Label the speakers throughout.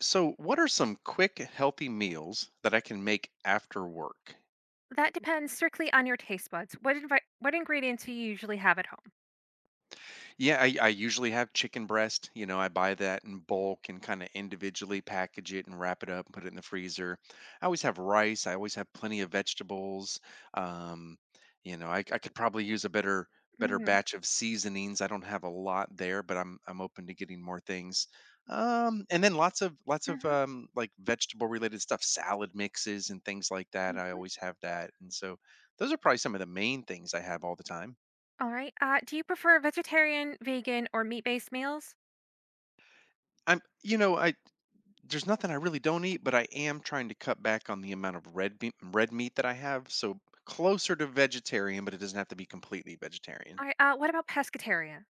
Speaker 1: So, what are some quick, healthy meals that I can make after work?
Speaker 2: That depends strictly on your taste buds. What ingredients do you usually have at home?
Speaker 1: Yeah, I usually have chicken breast. You know, I buy that in bulk and kind of individually package it and wrap it up and put it in the freezer. I always have rice. I always have plenty of vegetables. Um, you know, I could probably use a better
Speaker 2: Mhm.
Speaker 1: batch of seasonings. I don't have a lot there, but I'm open to getting more things. And then lots of lots of
Speaker 2: Mhm.
Speaker 1: um, like vegetable related stuff, salad mixes and things like that. I
Speaker 2: Mhm.
Speaker 1: always have that, and so those are probably some of the main things I have all the time.
Speaker 2: All right. Do you prefer vegetarian, vegan, or meat-based meals?
Speaker 1: I'm, you know, I There's nothing I really don't eat, but I am trying to cut back on the amount of red meat that I have, so closer to vegetarian, but it doesn't have to be completely vegetarian.
Speaker 2: All right. What about pescatarian?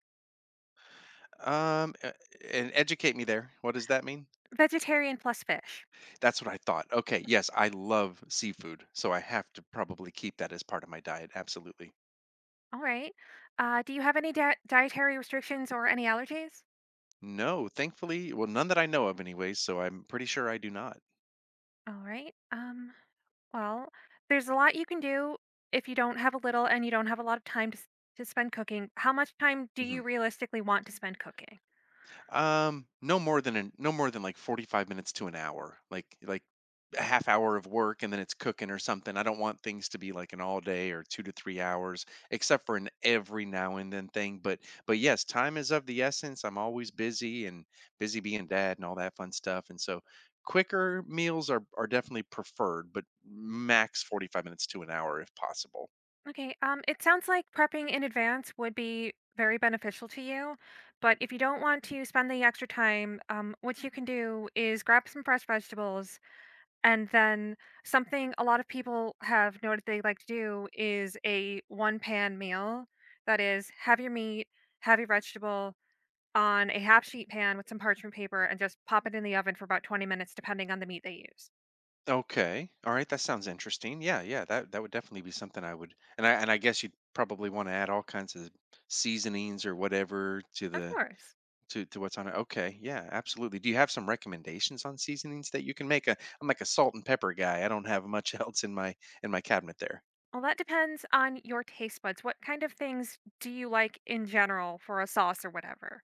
Speaker 1: Um, uh, and educate me there. What does that mean?
Speaker 2: Vegetarian plus fish.
Speaker 1: That's what I thought. Okay, yes, I love seafood, so I have to probably keep that as part of my diet. Absolutely.
Speaker 2: All right. Do you have any dietary restrictions or any allergies?
Speaker 1: No, thankfully, well, none that I know of, anyways. So I'm pretty sure I do not.
Speaker 2: All right. Well, there's a lot you can do if you don't have a little and you don't have a lot of time to spend cooking. How much time do
Speaker 1: Mhm.
Speaker 2: you realistically want to spend cooking?
Speaker 1: No more than like 45 minutes to an hour. Like a half hour of work and then it's cooking or something. I don't want things to be like an all day or 2 to 3 hours except for an every now and then thing, but yes, time is of the essence. I'm always busy and busy being dad and all that fun stuff. And so quicker meals are definitely preferred, but max 45 minutes to an hour if possible.
Speaker 2: Okay. It sounds like prepping in advance would be very beneficial to you. But if you don't want to spend the extra time, what you can do is grab some fresh vegetables. And then something a lot of people have noted they like to do is a one pan meal. That is, have your meat, have your vegetable on a half sheet pan with some parchment paper and just pop it in the oven for about 20 minutes, depending on the meat they use.
Speaker 1: Okay. All right. That sounds interesting. Yeah, yeah. That would definitely be something I would, and I guess you'd probably want to add all kinds of seasonings or whatever to
Speaker 2: Of
Speaker 1: the
Speaker 2: course.
Speaker 1: to what's on it. Okay. Yeah, absolutely. Do you have some recommendations on seasonings that you can make? A? Am like a salt and pepper guy. I don't have much else in my cabinet there.
Speaker 2: Well, that depends on your taste buds. What kind of things do you like in general for a sauce or whatever?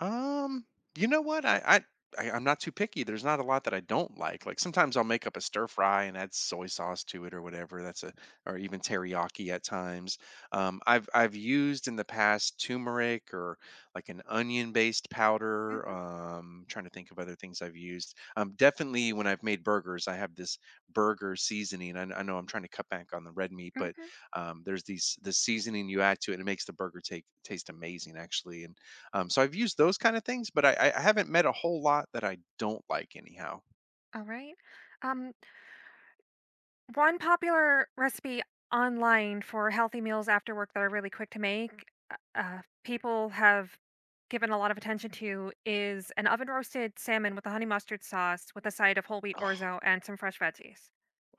Speaker 1: Um, you know what? I'm not too picky. There's not a lot that I don't like. Like sometimes I'll make up a stir fry and add soy sauce to it or whatever. That's a Or even teriyaki at times. I've used in the past turmeric or like an onion based powder.
Speaker 2: Hmm.
Speaker 1: Trying to think of other things I've used. Definitely when I've made burgers, I have this burger seasoning. I know I'm trying to cut back on the red meat, but
Speaker 2: Hmm.
Speaker 1: there's these the seasoning you add to it. And It makes the burger take taste amazing actually. And so I've used those kind of things, but I haven't met a whole lot that I don't like anyhow.
Speaker 2: All right. Um, One popular recipe online for healthy meals after work that are really quick to make, people have given a lot of attention to is an oven roasted salmon with a honey mustard sauce with a side of whole wheat
Speaker 1: Oh,
Speaker 2: orzo and some fresh veggies.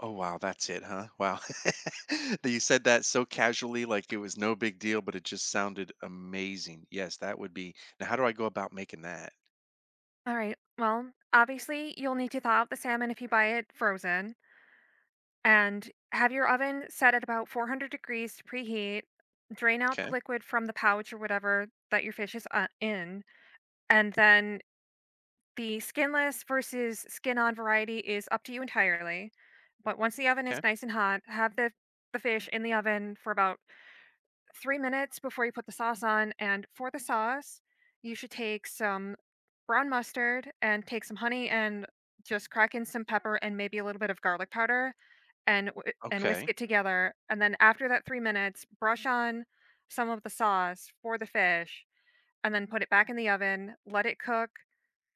Speaker 1: oh wow, that's it, huh? Wow. That you said that so casually, like it was no big deal, but it just sounded amazing. Yes, that would be. Now, how do I go about making that?
Speaker 2: All right. Well, obviously, you'll need to thaw out the salmon if you buy it frozen, and have your oven set at about 400 degrees to preheat. Drain out the
Speaker 1: Okay,
Speaker 2: liquid from the pouch or whatever that your fish is in, and then the skinless versus skin on variety is up to you entirely. But once the oven
Speaker 1: okay,
Speaker 2: is nice and hot, have the fish in the oven for about 3 minutes before you put the sauce on. And for the sauce, you should take some brown mustard and take some honey and just crack in some pepper and maybe a little bit of garlic powder and whisk
Speaker 1: okay,
Speaker 2: it together, and then after that 3 minutes, brush on some of the sauce for the fish, and then put it back in the oven, let it cook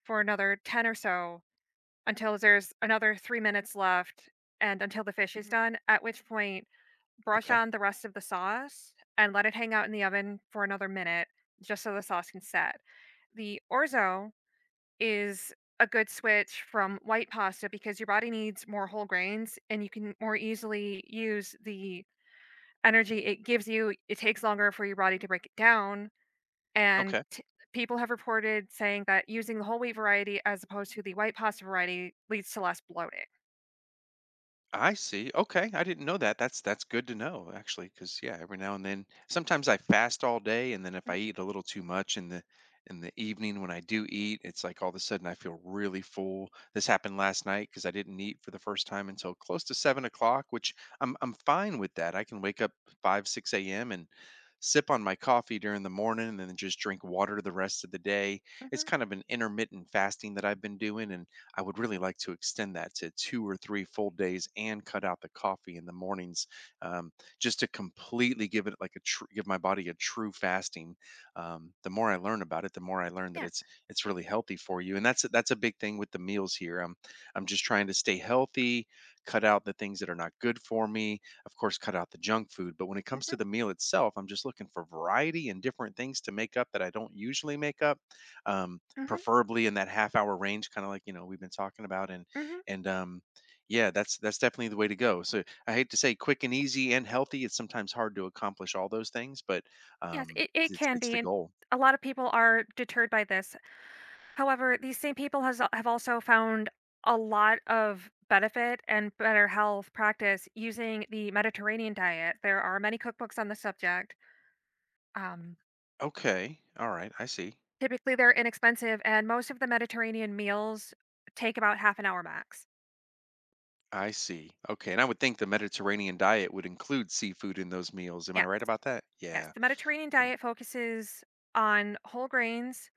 Speaker 2: for another 10 or so until there's another 3 minutes left and until the fish is done, at which point, brush
Speaker 1: okay,
Speaker 2: on the rest of the sauce and let it hang out in the oven for another minute just so the sauce can set. The orzo is a good switch from white pasta because your body needs more whole grains and you can more easily use the energy it gives you. It takes longer for your body to break it down. And
Speaker 1: okay.
Speaker 2: t- People have reported saying that using the whole wheat variety as opposed to the white pasta variety leads to less bloating.
Speaker 1: I see. Okay, I didn't know that. That's good to know actually, because yeah, every now and then, sometimes I fast all day, and then if
Speaker 2: Hmm.
Speaker 1: I eat a little too much in the evening when I do eat, it's like all of a sudden I feel really full. This happened last night because I didn't eat for the first time until close to 7 o'clock, which I'm fine with that. I can wake up 5 6 a.m. and sip on my coffee during the morning, and then just drink water the rest of the day. It's
Speaker 2: Hmm.
Speaker 1: kind of an intermittent fasting that I've been doing, and I would really like to extend that to two or three full days and cut out the coffee in the mornings, um, just to completely give it like a give my body a true fasting. The more I learn about it, the more I learn that
Speaker 2: Yeah.
Speaker 1: it's really healthy for you, and that's a big thing with the meals here. I'm just trying to stay healthy, cut out the things that are not good for me. Of course, cut out the junk food. But when it comes to
Speaker 2: Hmm.
Speaker 1: the meal itself, I'm just looking for variety and different things to make up that I don't usually make up. Um,
Speaker 2: Hmm.
Speaker 1: Preferably in that half hour range, kind of like you know we've been talking about, and
Speaker 2: Hmm.
Speaker 1: and yeah, that's definitely the way to go. So I hate to say quick and easy and healthy. It's sometimes hard to accomplish all those things, but
Speaker 2: Yes,
Speaker 1: um,
Speaker 2: it, it
Speaker 1: it's
Speaker 2: can
Speaker 1: it's
Speaker 2: be.
Speaker 1: the
Speaker 2: And
Speaker 1: goal.
Speaker 2: a lot of people are deterred by this. However, these same people has have also found a lot of benefit and better health practice using the Mediterranean diet. There are many cookbooks on the subject. Um,
Speaker 1: Okay, all right, I see.
Speaker 2: Typically, they're inexpensive, and most of the Mediterranean meals take about half an hour max.
Speaker 1: I see. Okay, and I would think the Mediterranean diet would include seafood in those meals. Am
Speaker 2: Yeah,
Speaker 1: I right about that?
Speaker 2: yes.
Speaker 1: Yeah.
Speaker 2: The Mediterranean
Speaker 1: Yeah.
Speaker 2: diet focuses on whole grains,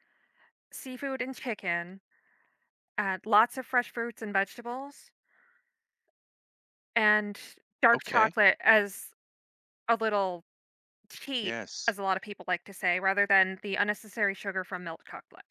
Speaker 2: seafood, and chicken, and lots of fresh fruits and vegetables, and dark
Speaker 1: Okay.
Speaker 2: chocolate as a little cheat,
Speaker 1: Yes.
Speaker 2: as a lot of people like to say, rather than the unnecessary sugar from milk chocolate.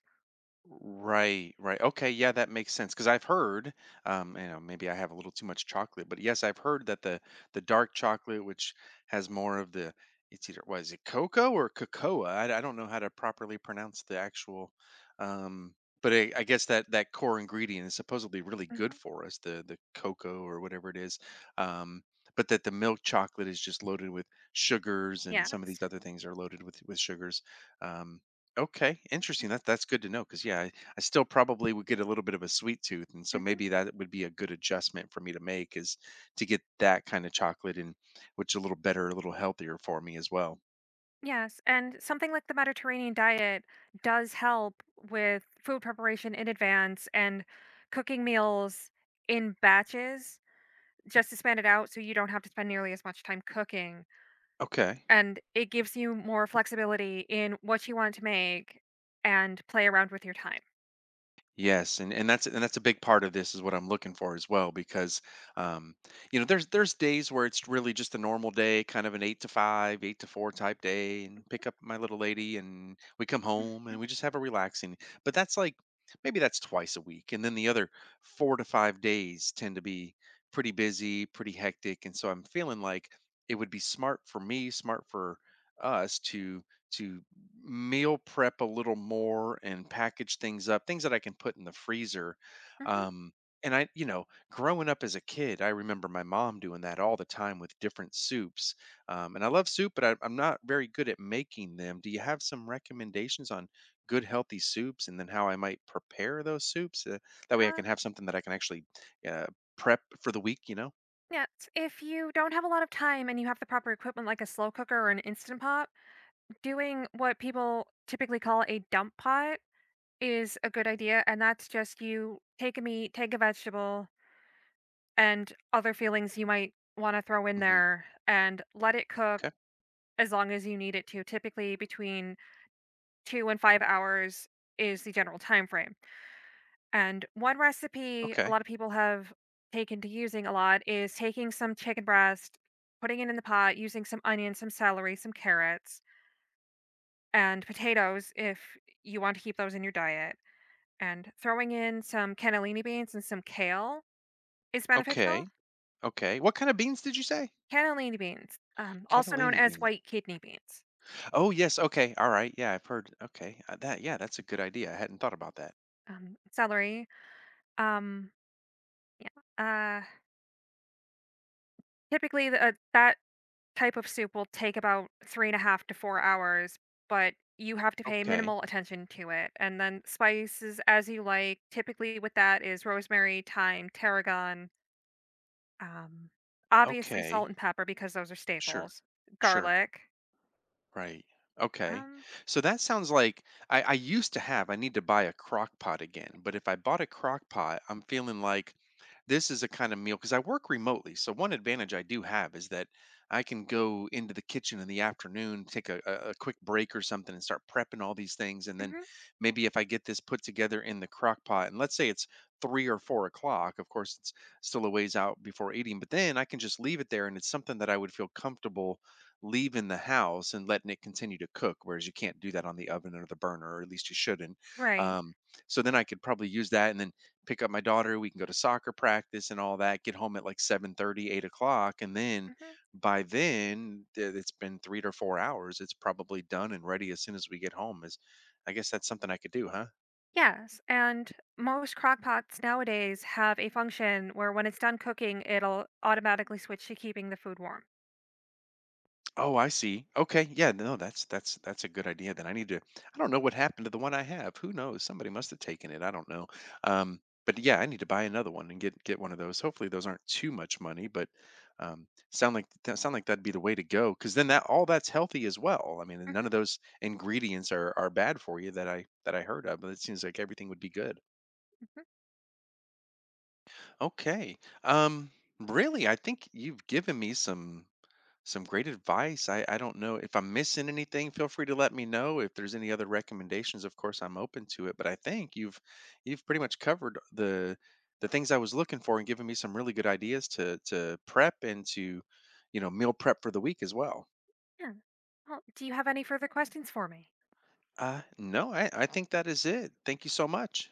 Speaker 1: Right, right. Okay, yeah, that makes sense. Because I've heard, you know, maybe I have a little too much chocolate, but yes, I've heard that the dark chocolate, which has more of it's either was it cocoa or cocoa? I don't know how to properly pronounce the actual, um, but I guess that that core ingredient is supposedly really good
Speaker 2: Mhm.
Speaker 1: for us, the cocoa or whatever it is, um, but that the milk chocolate is just loaded with sugars, and some of
Speaker 2: Yes.
Speaker 1: these other things are loaded with sugars. Um, Okay, interesting. That's good to know because I still probably would get a little bit of a sweet tooth, and so
Speaker 2: Mhm.
Speaker 1: maybe that would be a good adjustment for me to make is to get that kind of chocolate and which a little better, a little healthier for me as well.
Speaker 2: Yes, and something like the Mediterranean diet does help with food preparation in advance and cooking meals in batches just to span it out so you don't have to spend nearly as much time cooking.
Speaker 1: Okay.
Speaker 2: And it gives you more flexibility in what you want to make and play around with your time.
Speaker 1: Yes, and that's a big part of this is what I'm looking for as well because um, you know there's days where it's really just a normal day, kind of an eight to five, eight to four type day, and pick up my little lady and we come home
Speaker 2: Mhm,
Speaker 1: and we just have a relaxing. But that's like maybe that's twice a week, and then the other 4 to 5 days tend to be pretty busy, pretty hectic, and so I'm feeling like it would be smart for me, smart for us to meal prep a little more and package things up, things that I can put in the freezer.
Speaker 2: mhm.
Speaker 1: Um, and I, you know, growing up as a kid, I remember my mom doing that all the time with different soups. And I love soup, but I'm not very good at making them. Do you have some recommendations on good, healthy soups and then how I might prepare those soups? That way I
Speaker 2: Uh,
Speaker 1: can have something that I can actually uh, prep for the week, you know?
Speaker 2: if you don't have a lot of time and you have the proper equipment like a slow cooker or an instant pot, doing what people typically call a dump pot is a good idea, and that's just you take a meat, take a vegetable, and other feelings you might want to throw in
Speaker 1: Hmm.
Speaker 2: there and let it cook
Speaker 1: Okay.
Speaker 2: as long as you need it to. Typically between 2 and 5 hours is the general time frame. And one recipe a
Speaker 1: Okay.
Speaker 2: lot of people have taken to using a lot is taking some chicken breast, putting it in the pot, using some onions, some celery, some carrots, and potatoes if you want to keep those in your diet, and throwing in some cannellini beans and some kale. It's beneficial.
Speaker 1: Okay. Okay. What kind of beans did you say?
Speaker 2: Cannellini beans, also known
Speaker 1: Catalini
Speaker 2: as
Speaker 1: beans.
Speaker 2: white kidney beans,
Speaker 1: Oh, yes, okay, alright, yeah, I've heard okay, that yeah, that's a good idea, I hadn't thought about that.
Speaker 2: celery. Um, yeah. Uh, Typically, that type of soup will take about three and a half to 4 hours, but you have to pay
Speaker 1: Okay,
Speaker 2: minimal attention to it. And then spices as you like. Typically, with that is rosemary, thyme, tarragon. Um, Obviously, salt
Speaker 1: okay,
Speaker 2: and pepper because those are
Speaker 1: sure,
Speaker 2: staples.
Speaker 1: sure.
Speaker 2: Garlic.
Speaker 1: Right. Okay.
Speaker 2: Um,
Speaker 1: So that sounds like I used to have, I need to buy a crock pot again. But if I bought a crock pot, I'm feeling like this is a kind of meal because I work remotely. So one advantage I do have is that I can go into the kitchen in the afternoon, take a quick break or something and start prepping all these things. And then
Speaker 2: mhm,
Speaker 1: maybe if I get this put together in the crock pot, and let's say it's 3 or 4 o'clock, of course, it's still a ways out before eating, but then I can just leave it there and it's something that I would feel comfortable leaving the house and letting it continue to cook, whereas you can't do that on the oven or the burner, or at least you shouldn't.
Speaker 2: right.
Speaker 1: Um, so then I could probably use that and then pick up my daughter. We can go to soccer practice and all that. Get home at like 7:30, 8 o'clock, and then
Speaker 2: Mhm.
Speaker 1: by then it's been 3 to 4 hours. It's probably done and ready as soon as we get home. Is I guess that's something I could do, huh?
Speaker 2: Yes, and most crock pots nowadays have a function where when it's done cooking, it'll automatically switch to keeping the food warm.
Speaker 1: Oh, I see. Okay. Yeah, no, that's a good idea then. I need to I don't know what happened to the one I have. Who knows? Somebody must have taken it. I don't know. Um, but yeah, I need to buy another one and get one of those. Hopefully those aren't too much money, but sound like that'd be the way to go cuz then that all that's healthy as well. I mean, and none
Speaker 2: Mhm,
Speaker 1: of those ingredients are bad for you that I heard of, but it seems like everything would be good.
Speaker 2: mhm.
Speaker 1: Okay. Um Really, I think you've given me some great advice. I don't know if I'm missing anything. Feel free to let me know if there's any other recommendations. Of course, I'm open to it. But I think you've pretty much covered the things I was looking for and given me some really good ideas to prep and to you know meal prep for the week as well.
Speaker 2: Yeah. Well, do you have any further questions for me?
Speaker 1: No, I think that is it. Thank you so much.